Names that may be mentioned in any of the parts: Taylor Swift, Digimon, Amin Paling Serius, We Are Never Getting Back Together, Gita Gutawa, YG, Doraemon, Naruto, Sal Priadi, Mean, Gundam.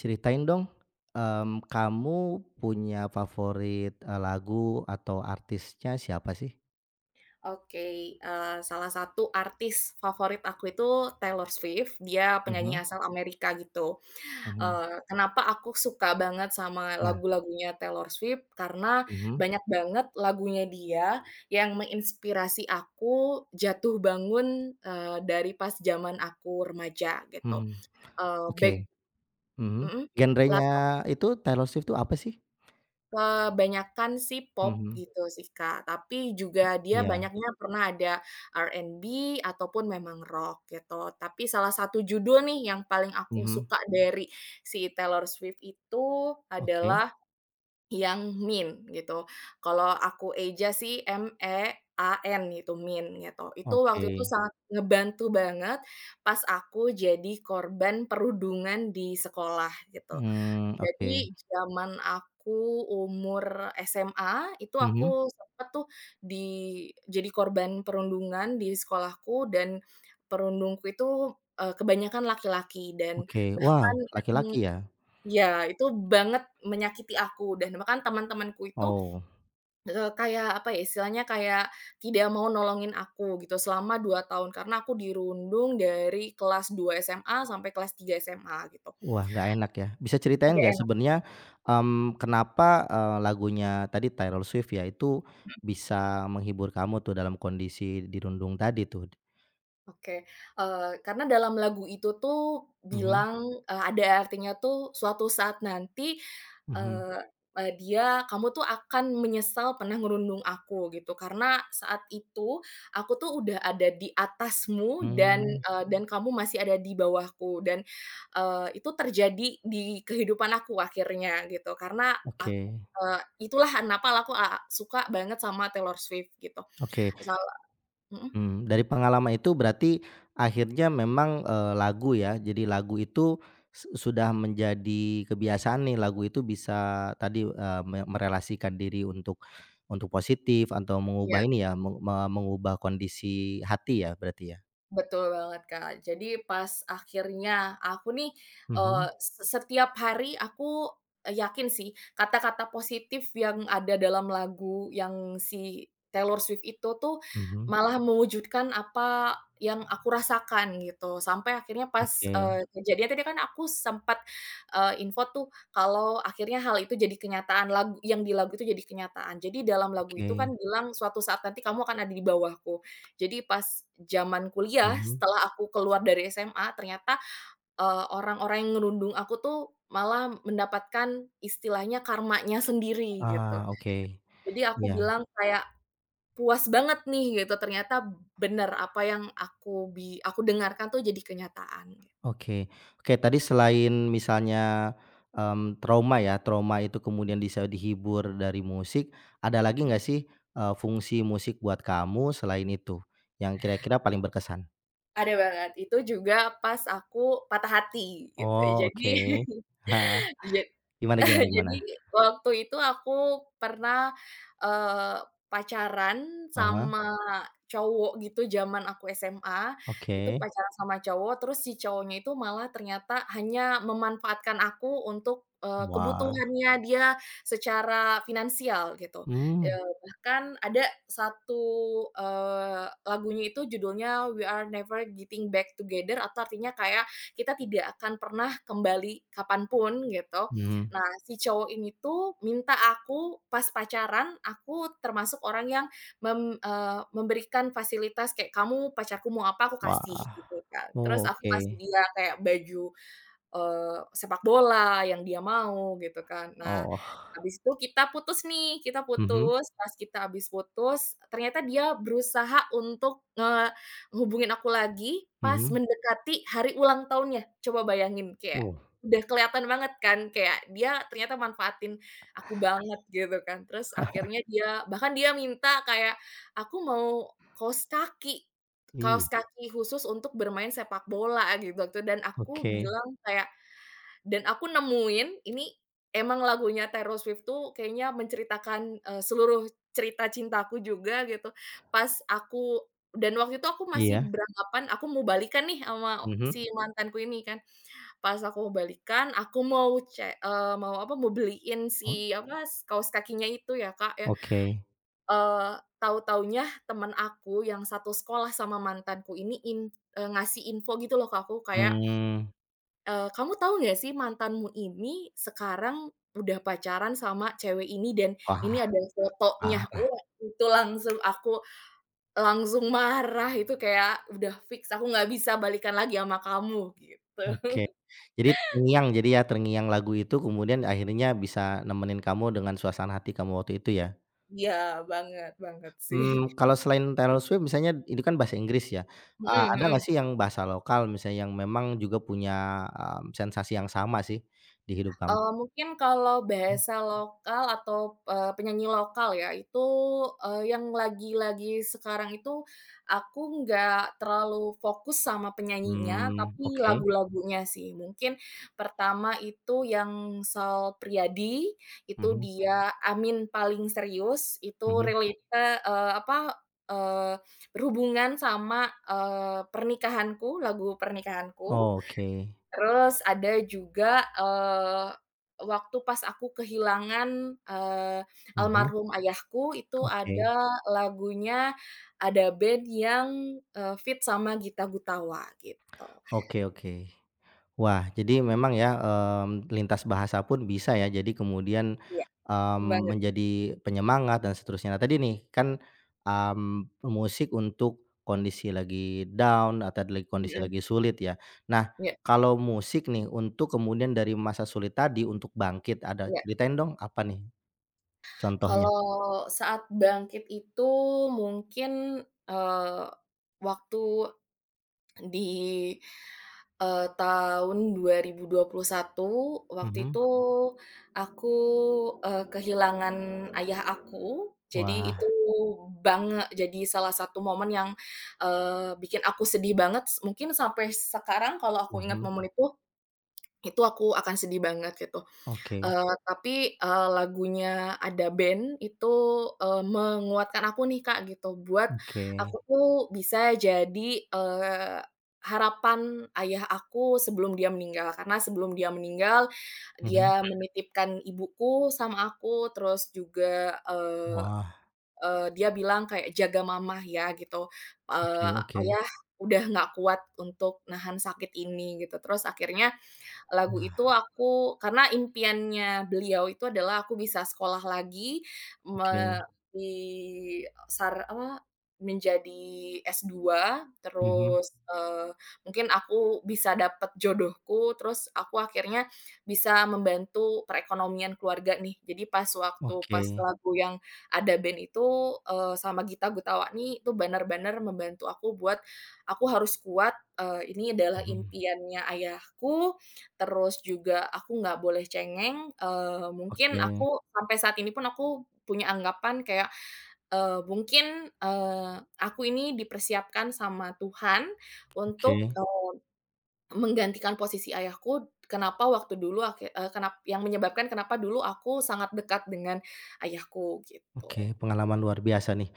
Ceritain dong, kamu punya favorit, lagu atau artisnya siapa sih? Oke, salah satu artis favorit aku itu Taylor Swift, dia Mhm penyanyi asal Amerika gitu. mhm. Kenapa aku suka banget sama Nah, lagu-lagunya Taylor Swift, karena mhm banyak banget lagunya dia yang menginspirasi aku jatuh bangun, dari pas zaman aku remaja gitu. mhm. Eee, back Oke, mhm. Mhm. Genrenya itu Taylor Swift itu apa sih? Kebanyakan sih pop Mhm. gitu sih, Kak, tapi juga dia Iya, banyaknya pernah ada R&B ataupun memang rock gitu. Tapi salah satu judul nih yang paling aku mhm. suka dari si Taylor Swift itu Oke adalah yang "Mean" gitu. Kalau aku eja sih Mean gitu, Mean gitu. Itu oke. waktu itu sangat ngebantu banget pas aku jadi korban perundungan di sekolah gitu. Oke. Jadi zaman aku umur SMA, itu Mhm, aku sempet tuh di jadi korban perundungan di sekolahku, dan perundungku itu, kebanyakan laki-laki. Dan oke. Wow, bahkan laki-laki ya? iya, itu banget menyakiti aku dan bahkan teman-temanku itu, Oh. Kayak apa ya, istilahnya kayak tidak mau nolongin aku gitu selama 2 tahun karena aku dirundung dari kelas 2 SMA sampai kelas 3 SMA gitu. Wah, nggak enak ya. Bisa ceritain nggak Nggak. sebenarnya, kenapa, lagunya tadi Taylor Swift ya, itu bisa menghibur kamu tuh dalam kondisi dirundung tadi tuh? Oke, karena dalam lagu itu tuh Mhm bilang, ada artinya tuh suatu saat nanti, mhm, eee eee, dia kamu tuh akan menyesal pernah ngerundung aku gitu, karena saat itu aku tuh udah ada di atasmu, dan, hmm. eee, dan kamu masih ada di bawahku, dan itu terjadi di kehidupan aku akhirnya gitu karena ak Oke eee, itulah kenapa aku suka banget sama Taylor Swift gitu. oke. asal mhm? Dari pengalaman itu berarti akhirnya memang, lagu ya, jadi lagu itu sudah menjadi kebiasaan nih, lagu itu bisa tadi, merelasikan diri untuk positif atau mengubah Iya. ini ya, mengubah kondisi hati ya, berarti ya? Betul banget, Kak. Jadi pas akhirnya aku nih, eee, Mhm se setiap hari aku yakin sih kata-kata positif yang ada dalam lagu yang si Taylor Swift itu tuh mhm. malah mewujudkan apa yang aku rasakan gitu. Sampai akhirnya pas, Oke kejadian tadi kan aku sempat, info tuh kalau akhirnya hal itu jadi kenyataan, lagu yang di lagu itu jadi kenyataan. Jadi dalam lagu itu kan oke. bilang, "Suatu saat nanti kamu akan ada di bawahku." Jadi pas zaman kuliah Mhm. setelah aku keluar dari SMA ternyata, orang-orang yang ngerundung aku tuh malah mendapatkan istilahnya karmanya sendiri gitu. Ah, oke. Jadi aku Ya. bilang kayak, "Puas banget nih," gitu, ternyata bener apa yang aku dengarkan tuh jadi kenyataan gitu. Oke oke, tadi selain misalnya, trauma ya, trauma itu kemudian bisa dihibur dari musik, ada lagi nggak sih, fungsi musik buat kamu selain itu? Yang kira-kira paling berkesan? Ada banget, itu juga pas aku patah hati gitu, Oh, jadi oke. Heeh, ja gimana gimana gimana? Jadi waktu itu aku pernah, eee, pacaran Ah, sama cowok gitu zaman aku SMA, oke. itu pacaran sama cowok, terus si cowoknya itu malah ternyata hanya memanfaatkan aku untuk, Wah. kebutuhannya dia secara finansial gitu. Hmm. Bahkan ada satu, lagunya itu judulnya We Are Never Getting Back Together atau artinya kayak kita tidak akan pernah kembali kapanpun gitu. Mhm. Nah, si cowok ini tuh minta aku pas pacaran, aku termasuk orang yang memberikan fasilitas kayak, "Kamu pacarku mau apa aku kasih," Wah. gitu kan. Oh, Terus aku oke. kasih dia kayak baju sepak bola yang dia mau gitu kan. Nah, ya. Oh. Habis itu kita putus nih, kita Mhm putus, pas kita habis putus, ternyata dia berusaha untuk ngehubungin aku lagi pas mhm. mendekati hari ulang tahunnya. Coba bayangin kayak Oh. udah kelihatan banget kan kayak dia ternyata manfaatin aku banget gitu kan. Terus akhirnya dia bahkan dia minta kayak, "Aku mau kaos kaki Ih. kaos kaki khusus untuk bermain sepak bola," gitu, gitu. Oke. Dan aku nemuin ini emang lagunya Taylor Swift tuh kayaknya menceritakan, seluruh cerita cintaku juga gitu. Pas aku Dan waktu itu aku masih Iya. beranggapan aku mau balikan nih sama Mhm. si mantanku ini kan. Pas aku mau balikan, aku mau mau apa, mau beliin o si apa, kaos kakinya itu ya, Kak, ya. oke, Tahu-tahunya teman aku yang satu sekolah sama mantanku ini, ngasih info gitu loh ke aku kayak, Hmm. Kamu tahu nggak sih mantanmu ini sekarang udah pacaran sama cewek ini, dan ini Wah. ada fotonya." Wah, itu langsung aku langsung marah, itu kayak udah fix aku nggak bisa balikan lagi sama kamu, gitu. Oke. Jadi terngiang jadi ya, terngiang lagu itu kemudian akhirnya bisa nemenin kamu dengan suasana hati kamu waktu itu ya? Iya, banget banget sih. Kalau selain Taylor Swift misalnya itu kan bahasa Inggris ya, Mhm ada nggak mhm. sih yang bahasa lokal misalnya yang memang juga punya, sensasi yang sama sih di hidup kamu? Mungkin kalau bahasa lokal atau, penyanyi lokal ya, itu, yang lagi-lagi sekarang itu aku nggak terlalu fokus sama penyanyinya, tapi Oke. lagu-lagunya sih. Mungkin pertama itu yang Sal Priadi, itu Mhm dia Amin Paling Serius, itu mhm. relate, apa, eee, berhubungan sama, pernikahanku, lagu pernikahanku. Oke. Terus ada juga, eee, waktu pas aku kehilangan, eee, Mhm, almarhum ayahku itu oke. ada lagunya, ada band yang, feat sama Gita Gutawa gitu. Oke oke. Wah, jadi memang ya, lintas bahasa pun bisa ya, jadi kemudian, Iya, mmm, banget, menjadi penyemangat dan seterusnya. Nah, tadi nih kan, musik untuk kondisi lagi down atau lagi kondisi mhm, lagi sulit ya. Nah, iya kalau musik nih untuk kemudian dari masa sulit tadi untuk bangkit, ada iya. ceritain dong apa nih contohnya? Kalau saat bangkit itu mungkin, eee, waktu di tahun 2021 waktu Mhm. itu aku, kehilangan ayah aku. Jadi Wah, itu jadi salah satu momen yang, bikin aku sedih banget. Mungkin sampai sekarang kalau aku ingat mhm, momen itu aku akan sedih banget gitu. oke Tapi, lagunya ada band itu, menguatkan aku nih, Kak, gitu, buat oke, aku tuh bisa jadi, harapan ayah aku sebelum dia meninggal. Karena sebelum dia meninggal, mhm, dia, mhm, menitipkan ibuku sama aku. Terus juga, eee wah, eee, dia bilang kayak, "Jaga mama ya," gitu, oke eee, oke, "Ayah udah nggak kuat untuk nahan sakit ini," gitu. Terus akhirnya lagu itu wah, aku karena impiannya beliau itu adalah aku bisa sekolah lagi, oke, me di sar apa, menjadi S2, mhm. terus, mungkin aku bisa dapat jodohku, terus aku akhirnya bisa membantu perekonomian keluarga nih. Jadi pas waktu Oke, pas lagu yang ada band itu, sama Gita Gutawa nih itu benar-benar membantu aku buat, aku harus kuat, ini adalah mhm, impiannya ayahku. Terus juga aku nggak boleh cengeng. Mungkin oke aku, sampai saat ini pun, aku punya anggapan kayak, mungkin, aku ini dipersiapkan sama Tuhan untuk, oke menggantikan posisi ayahku. Kenapa waktu dulu aki eee, kenap yang menyebabkan kenapa dulu aku sangat dekat dengan ayahku, gitu. oke, pengalaman luar biasa nih.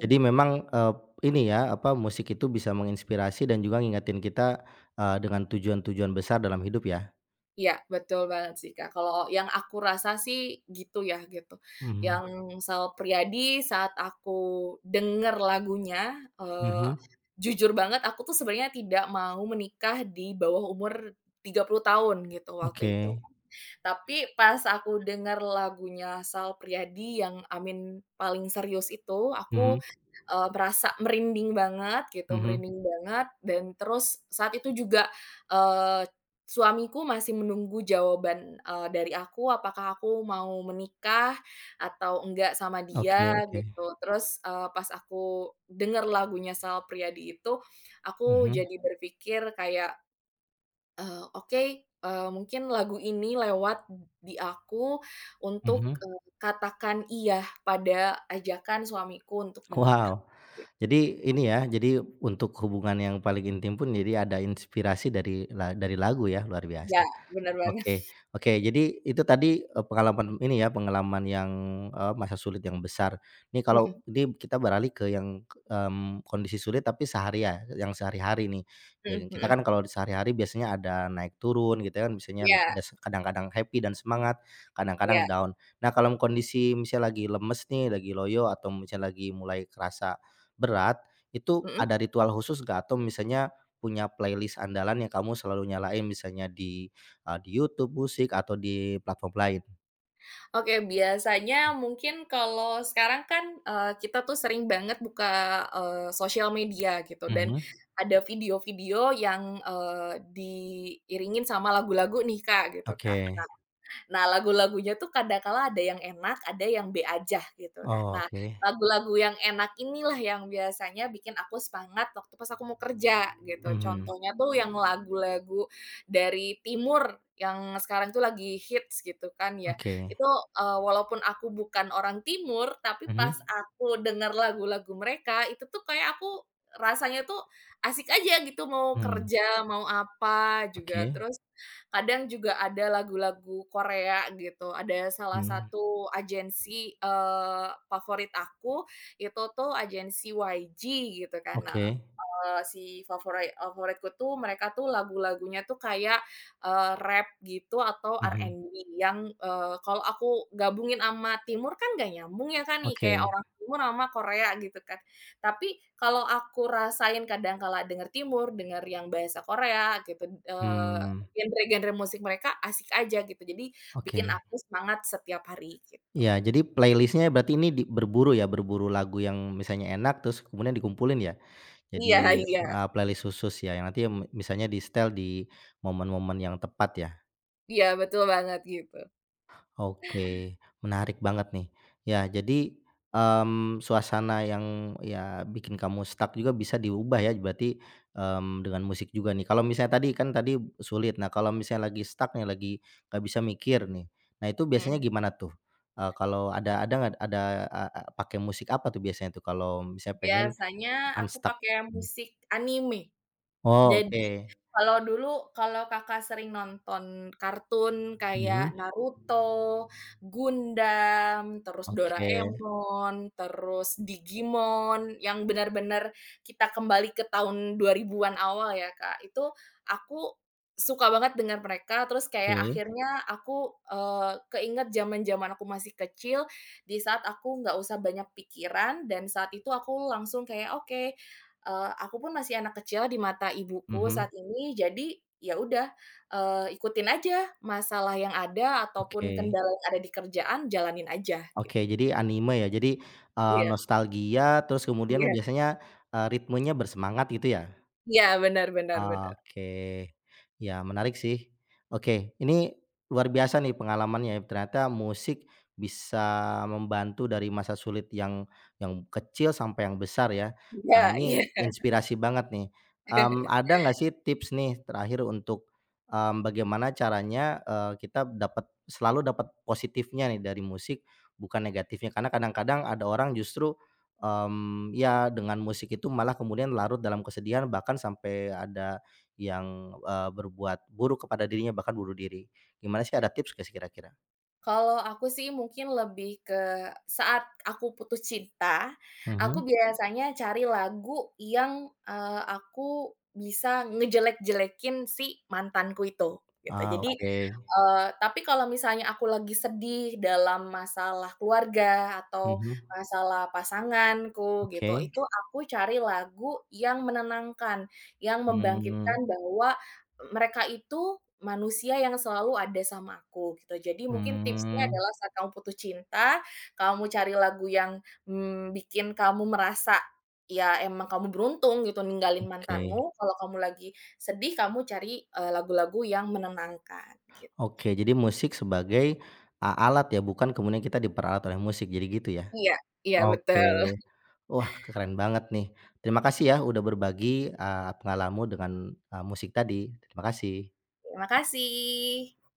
Jadi memang, ini ya, apa, musik itu bisa menginspirasi dan juga ngingetin kita, dengan tujuan-tujuan besar dalam hidup ya? Iya, betul banget sih, Kak. Kalau yang aku rasa sih gitu ya, gitu. Mhm, Yang Sal Priadi, saat aku denger lagunya, mhm, jujur banget aku tuh sebenarnya tidak mau menikah di bawah umur 30 tahun gitu waktu itu. oke, Tapi pas aku denger lagunya Sal Priadi yang Amin Paling Serius itu, aku, mhm merasa merinding banget gitu, mhm, merinding banget. Dan terus saat itu juga, eee, suamiku masih menunggu jawaban, dari aku apakah aku mau menikah atau enggak sama oke dia oke, gitu. Terus, pas aku denger lagunya Sal Priadi itu, aku mhm jadi berpikir kayak, Oke, mungkin lagu ini lewat di aku untuk, mhm. Katakan iya pada ajakan suamiku untuk menikah Wow, gitu." jadi ini ya, jadi untuk hubungan yang paling intim pun jadi ada inspirasi dari dari lagu ya, luar biasa. Ya, benar banget. Oke oke. Jadi itu tadi, pengalaman ini ya, pengalaman yang, masa sulit yang besar. Nih Mhm kalau ini kita beralih ke yang, kondisi sulit tapi sehari ya, yang sehari-hari nih. Ya mhm kan, kita mhm. kan kalau di sehari-hari biasanya ada naik turun gitu ya kan, biasanya ada Iya ada se- kadang-kadang happy dan semangat, kadang-kadang iya, down. Nah kalau kondisi misalnya lagi lemes nih, lagi loyo atau misalnya lagi mulai kerasa berat, itu mhm. ada ritual khusus nggak? Atau misalnya punya playlist andalan yang kamu selalu nyalain misalnya di YouTube musik atau di platform lain? Oke, biasanya mungkin kalau sekarang kan, kita tuh sering banget buka, sosial media gitu, dan Mhm. ada video-video yang, diiringin sama lagu-lagu nih Kak, gitu Oke. kan. Nah, lagu-lagunya tuh kadangkala ada yang enak, ada yang B aja gitu kan. Oh, Nah, oke. lagu-lagu yang enak inilah yang biasanya bikin aku semangat waktu pas aku mau kerja gitu. Mhm. Contohnya tuh yang lagu-lagu dari timur yang sekarang tuh lagi hits gitu kan ya. Oke. Itu, walaupun aku bukan orang timur, tapi pas Mhm. aku denger lagu-lagu mereka itu tuh kayak aku rasanya tuh asik aja gitu mau Mmm, kerja, mau apa juga. oke. Terus kadang juga ada lagu-lagu Korea gitu, ada salah Mhm. satu agensi, favorit aku, itu tuh agensi YG gitu kan. Nah, Oke. eee, si favori eee, favoritku tuh mereka tuh lagu-lagunya tuh kayak, rap gitu atau Mhm. R&B yang, kalau aku gabungin sama timur kan nggak nyambung ya kan nih, kayak Oke. orang timur sama Korea gitu kan. Tapi kalau aku rasain kadang kala denger timur, denger yang bahasa Korea gitu, Mmm, genre-genre musik mereka asik aja gitu, jadi oke. bikin aku semangat setiap hari gitu. Iya, jadi playlist-nya berarti ini di berburu ya, berburu lagu yang misalnya enak terus kemudian dikumpulin ya? Jadi, Iya iya, playlist khusus ya yang nanti misalnya di-setel di momen-momen yang tepat ya? iya betul banget gitu, Oke, menarik banget nih. Ya, jadi, suasana yang ya bikin kamu stuck juga bisa diubah ya berarti, dengan musik juga nih. Kalau misalnya tadi kan tadi sulit, nah kalau misalnya lagi stuck nih, lagi nggak bisa mikir nih, nah itu biasanya mhm. gimana tuh? Kalau ada nggak ada, eee eee, pakai musik apa tuh biasanya tuh kalau misalnya pengen Biasanya aku unstuck? pakai musik anime. Oh, Jadi, oke. kalau dulu, kalau Kakak sering nonton kartun Mhm, kayak Naruto, Gundam, terus oke Doraemon, terus Digimon, yang benar-benar kita kembali ke tahun 2000-an awal ya, Kak, itu aku suka banget dengan mereka, terus kayak oke, akhirnya aku, keinget zaman-zaman aku masih kecil, di saat aku nggak usah banyak pikiran, dan saat itu aku langsung kayak, "Oke, aku pun masih anak kecil di mata ibuku mhm, saat ini, jadi ya udah, ikutin aja masalah yang ada ataupun oke. kendala yang ada di kerjaan, jalanin aja Oke, jadi anime ya. Jadi, iya nostalgia terus kemudian iya biasanya, ritmenya bersemangat gitu ya? iya, benar benar benar. Oke, ya menarik sih. Oke, ini luar biasa nih pengalamannya. Ternyata musik bisa membantu dari masa sulit yang kecil sampai yang besar ya. Iya Wah, iya. ini inspirasi banget nih. Ada nggak sih tips nih terakhir untuk, bagaimana caranya, kita dapat selalu dapat positifnya nih dari musik, bukan negatifnya? Karena kadang-kadang ada orang justru ya dengan musik itu malah kemudian larut dalam kesedihan bahkan sampai ada yang, berbuat buruk kepada dirinya bahkan bunuh diri. Gimana sih ada tips nggak sih kira-kira? Kalau aku sih mungkin lebih ke saat aku putus cinta, aku Mhm. biasanya cari lagu yang, aku bisa ngejelek-jelekin si mantanku itu, gitu. Ah, Jadi oke. Tapi kalau misalnya aku lagi sedih dalam masalah keluarga atau Mhm, masalah pasanganku gitu, oke. itu aku cari lagu yang menenangkan, yang Mmm, membangkitkan bahwa mereka itu manusia yang selalu ada sama aku gitu. Jadi mungkin tipsnya mmm, adalah saat kamu putus cinta, kamu cari lagu yang, bikin kamu merasa ya emang kamu beruntung gitu ninggalin mantanmu. oke. Kalau kamu lagi sedih, kamu cari, lagu-lagu yang menenangkan Oke, jadi musik sebagai alat ya bukan kemudian kita diperalat oleh musik jadi gitu ya? iya iya Oke. betul. Wah keren banget nih. Terima kasih ya udah berbagi, pengalamanmu dengan, musik tadi. Terima kasih. Terima kasih.